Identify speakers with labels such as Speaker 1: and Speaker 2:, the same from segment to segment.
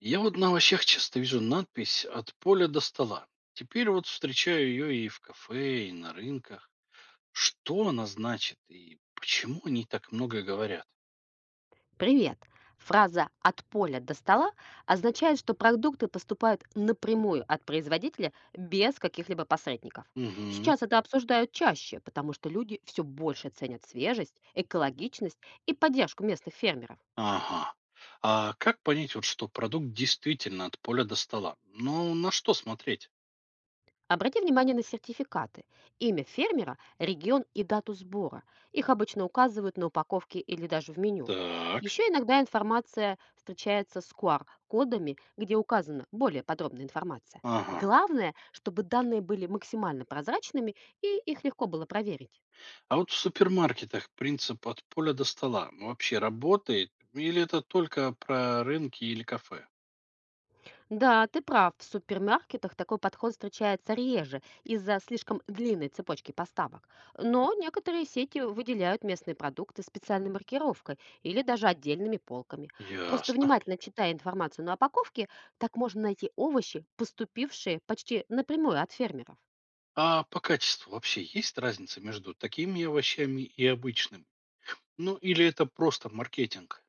Speaker 1: Я вот на овощах часто вижу надпись «От поля до стола». Теперь вот встречаю ее и в кафе, и на рынках. Что она значит и почему они так много говорят?
Speaker 2: Привет! Фраза «от поля до стола» означает, что продукты поступают напрямую от производителя без каких-либо посредников.
Speaker 1: Угу.
Speaker 2: Сейчас это обсуждают чаще, потому что люди все больше ценят свежесть, экологичность и поддержку местных фермеров.
Speaker 1: Ага. А как понять, вот, что продукт действительно от поля до стола? Ну, на что смотреть?
Speaker 2: Обрати внимание на сертификаты. Имя фермера, регион и дату сбора. Их обычно указывают на упаковке или даже в меню.
Speaker 1: Так.
Speaker 2: Еще иногда информация встречается с QR-кодами, где указана более подробная информация.
Speaker 1: Ага.
Speaker 2: Главное, чтобы данные были максимально прозрачными и их легко было проверить.
Speaker 1: А вот в супермаркетах принцип «от поля до стола» вообще работает? Или это только про рынки или кафе?
Speaker 2: Да, ты прав, в супермаркетах такой подход встречается реже из-за слишком длинной цепочки поставок. Но некоторые сети выделяют местные продукты специальной маркировкой или даже отдельными полками. Просто
Speaker 1: Ясно.
Speaker 2: внимательно читая информацию на упаковке, так можно найти овощи, поступившие почти напрямую от фермеров.
Speaker 1: А по качеству вообще есть разница между такими овощами и обычными? Ну, или это просто маркетинг?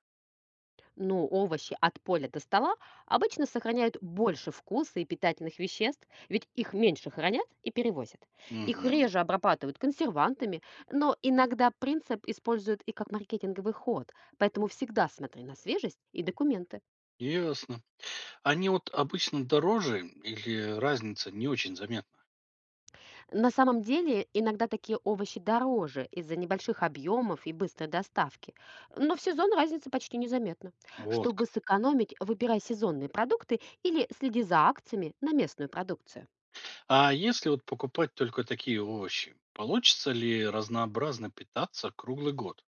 Speaker 2: Ну, овощи от поля до стола обычно сохраняют больше вкуса и питательных веществ, ведь их меньше хранят и перевозят. Их
Speaker 1: Угу,
Speaker 2: реже обрабатывают консервантами, но иногда принцип используют и как маркетинговый ход, поэтому всегда смотри на свежесть и документы.
Speaker 1: ясно. Они вот обычно дороже или разница не очень заметна?
Speaker 2: На самом деле, иногда такие овощи дороже из-за небольших объемов и быстрой доставки, но в сезон разница почти незаметна.
Speaker 1: Вот
Speaker 2: Чтобы
Speaker 1: как.
Speaker 2: сэкономить, выбирай сезонные продукты или следи за акциями на местную продукцию.
Speaker 1: А если вот покупать только такие овощи, получится ли разнообразно питаться круглый год?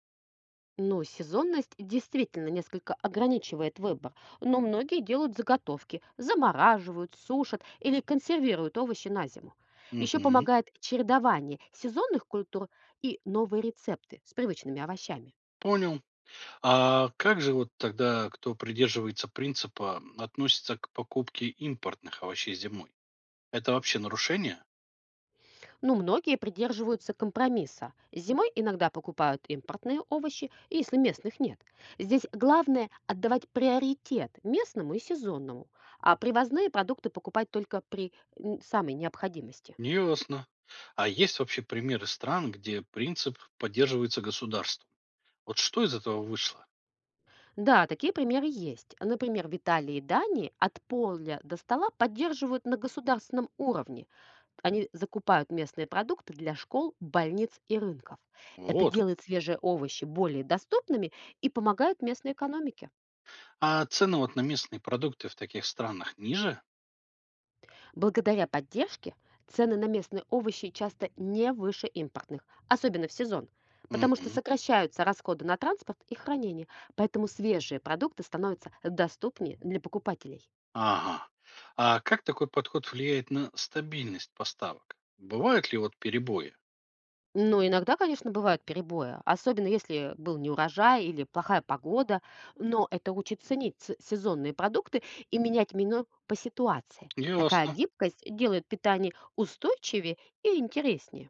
Speaker 2: Ну, сезонность действительно несколько ограничивает выбор, но многие делают заготовки, замораживают, сушат или консервируют овощи на зиму. Еще
Speaker 1: Угу,
Speaker 2: помогает чередование сезонных культур и новые рецепты с привычными овощами.
Speaker 1: понял. А как же вот тогда, кто придерживается принципа, относится к покупке импортных овощей зимой? Это вообще нарушение?
Speaker 2: Но многие придерживаются компромисса. Зимой иногда покупают импортные овощи, если местных нет. Здесь главное отдавать приоритет местному и сезонному, а привозные продукты покупать только при самой необходимости.
Speaker 1: Ну, ясно. А есть вообще примеры стран, где принцип поддерживается государством? Вот что из этого вышло?
Speaker 2: Да, такие примеры есть. Например, в Италии и Дании от поля до стола поддерживают на государственном уровне. Они закупают местные продукты для школ, больниц и рынков. Это
Speaker 1: Вот.
Speaker 2: делает свежие овощи более доступными и помогает местной экономике.
Speaker 1: А цены вот на местные продукты в таких странах ниже?
Speaker 2: Благодаря поддержке цены на местные овощи часто не выше импортных, особенно в сезон, потому что
Speaker 1: Мгм.
Speaker 2: сокращаются расходы на транспорт и хранение, поэтому свежие продукты становятся доступнее для покупателей.
Speaker 1: Ага. А как такой подход влияет на стабильность поставок? Бывают ли вот перебои?
Speaker 2: Но иногда, конечно, бывают перебои, особенно если был неурожай или плохая погода, но это учит ценить сезонные продукты и менять меню по ситуации. Такая
Speaker 1: Ясно.
Speaker 2: гибкость делает питание устойчивее и интереснее.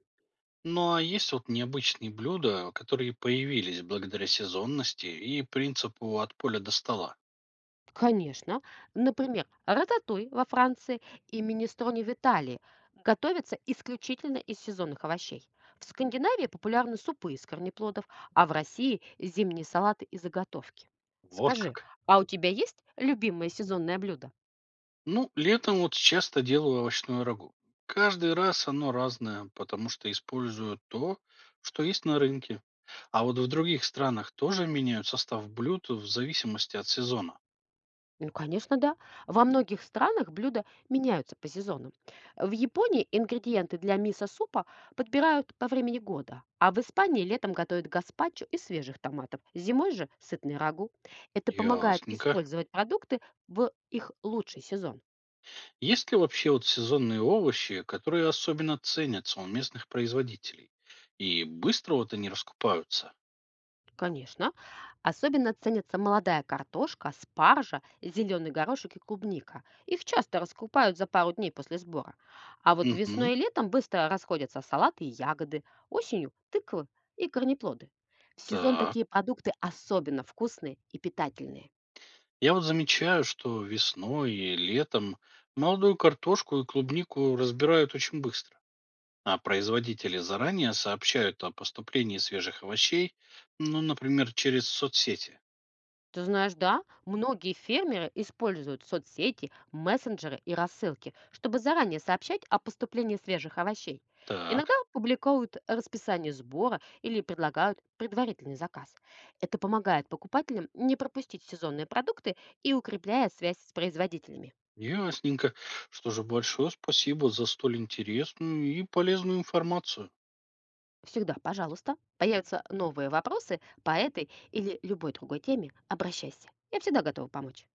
Speaker 1: Ну а есть вот необычные блюда, которые появились благодаря сезонности и принципу от поля до стола?
Speaker 2: Конечно. Например, рататуй во Франции и минестрони в Италии готовятся исключительно из сезонных овощей. В Скандинавии популярны супы из корнеплодов, а в России зимние салаты и заготовки.
Speaker 1: Вот
Speaker 2: Скажи,
Speaker 1: как.
Speaker 2: а у тебя есть любимое сезонное блюдо?
Speaker 1: Ну, летом вот часто делаю овощное рагу. Каждый раз оно разное, потому что использую то, что есть на рынке. А вот в других странах тоже меняют состав блюд в зависимости от сезона.
Speaker 2: Ну, конечно, да. Во многих странах блюда меняются по сезонам. В Японии ингредиенты для мисо-супа подбирают по времени года, а в Испании летом готовят гаспачо из свежих томатов, зимой же сытный рагу. Это помогает
Speaker 1: Ясненько.
Speaker 2: использовать продукты в их лучший сезон.
Speaker 1: Есть ли вообще вот сезонные овощи, которые особенно ценятся у местных производителей? И быстро вот они раскупаются?
Speaker 2: Конечно. Особенно ценятся молодая картошка, спаржа, зеленый горошек и клубника. Их часто раскупают за пару дней после сбора. А вот
Speaker 1: Угу.
Speaker 2: весной и летом быстро расходятся салаты и ягоды, осенью– тыквы и корнеплоды. В сезон
Speaker 1: Так.
Speaker 2: такие продукты особенно вкусные и питательные.
Speaker 1: Я вот замечаю, что весной и летом молодую картошку и клубнику разбирают очень быстро. А производители заранее сообщают о поступлении свежих овощей, ну, например, через соцсети.
Speaker 2: Ты знаешь, да, многие фермеры используют соцсети, мессенджеры и рассылки, чтобы заранее сообщать о поступлении свежих овощей.
Speaker 1: Так,
Speaker 2: Иногда публикуют расписание сбора или предлагают предварительный заказ. Это помогает покупателям не пропустить сезонные продукты и укрепляет связь с производителями.
Speaker 1: ясненько. Что же, большое спасибо за столь интересную и полезную информацию.
Speaker 2: Всегда, пожалуйста, появятся новые вопросы по этой или любой другой теме, обращайся. Я всегда готова помочь.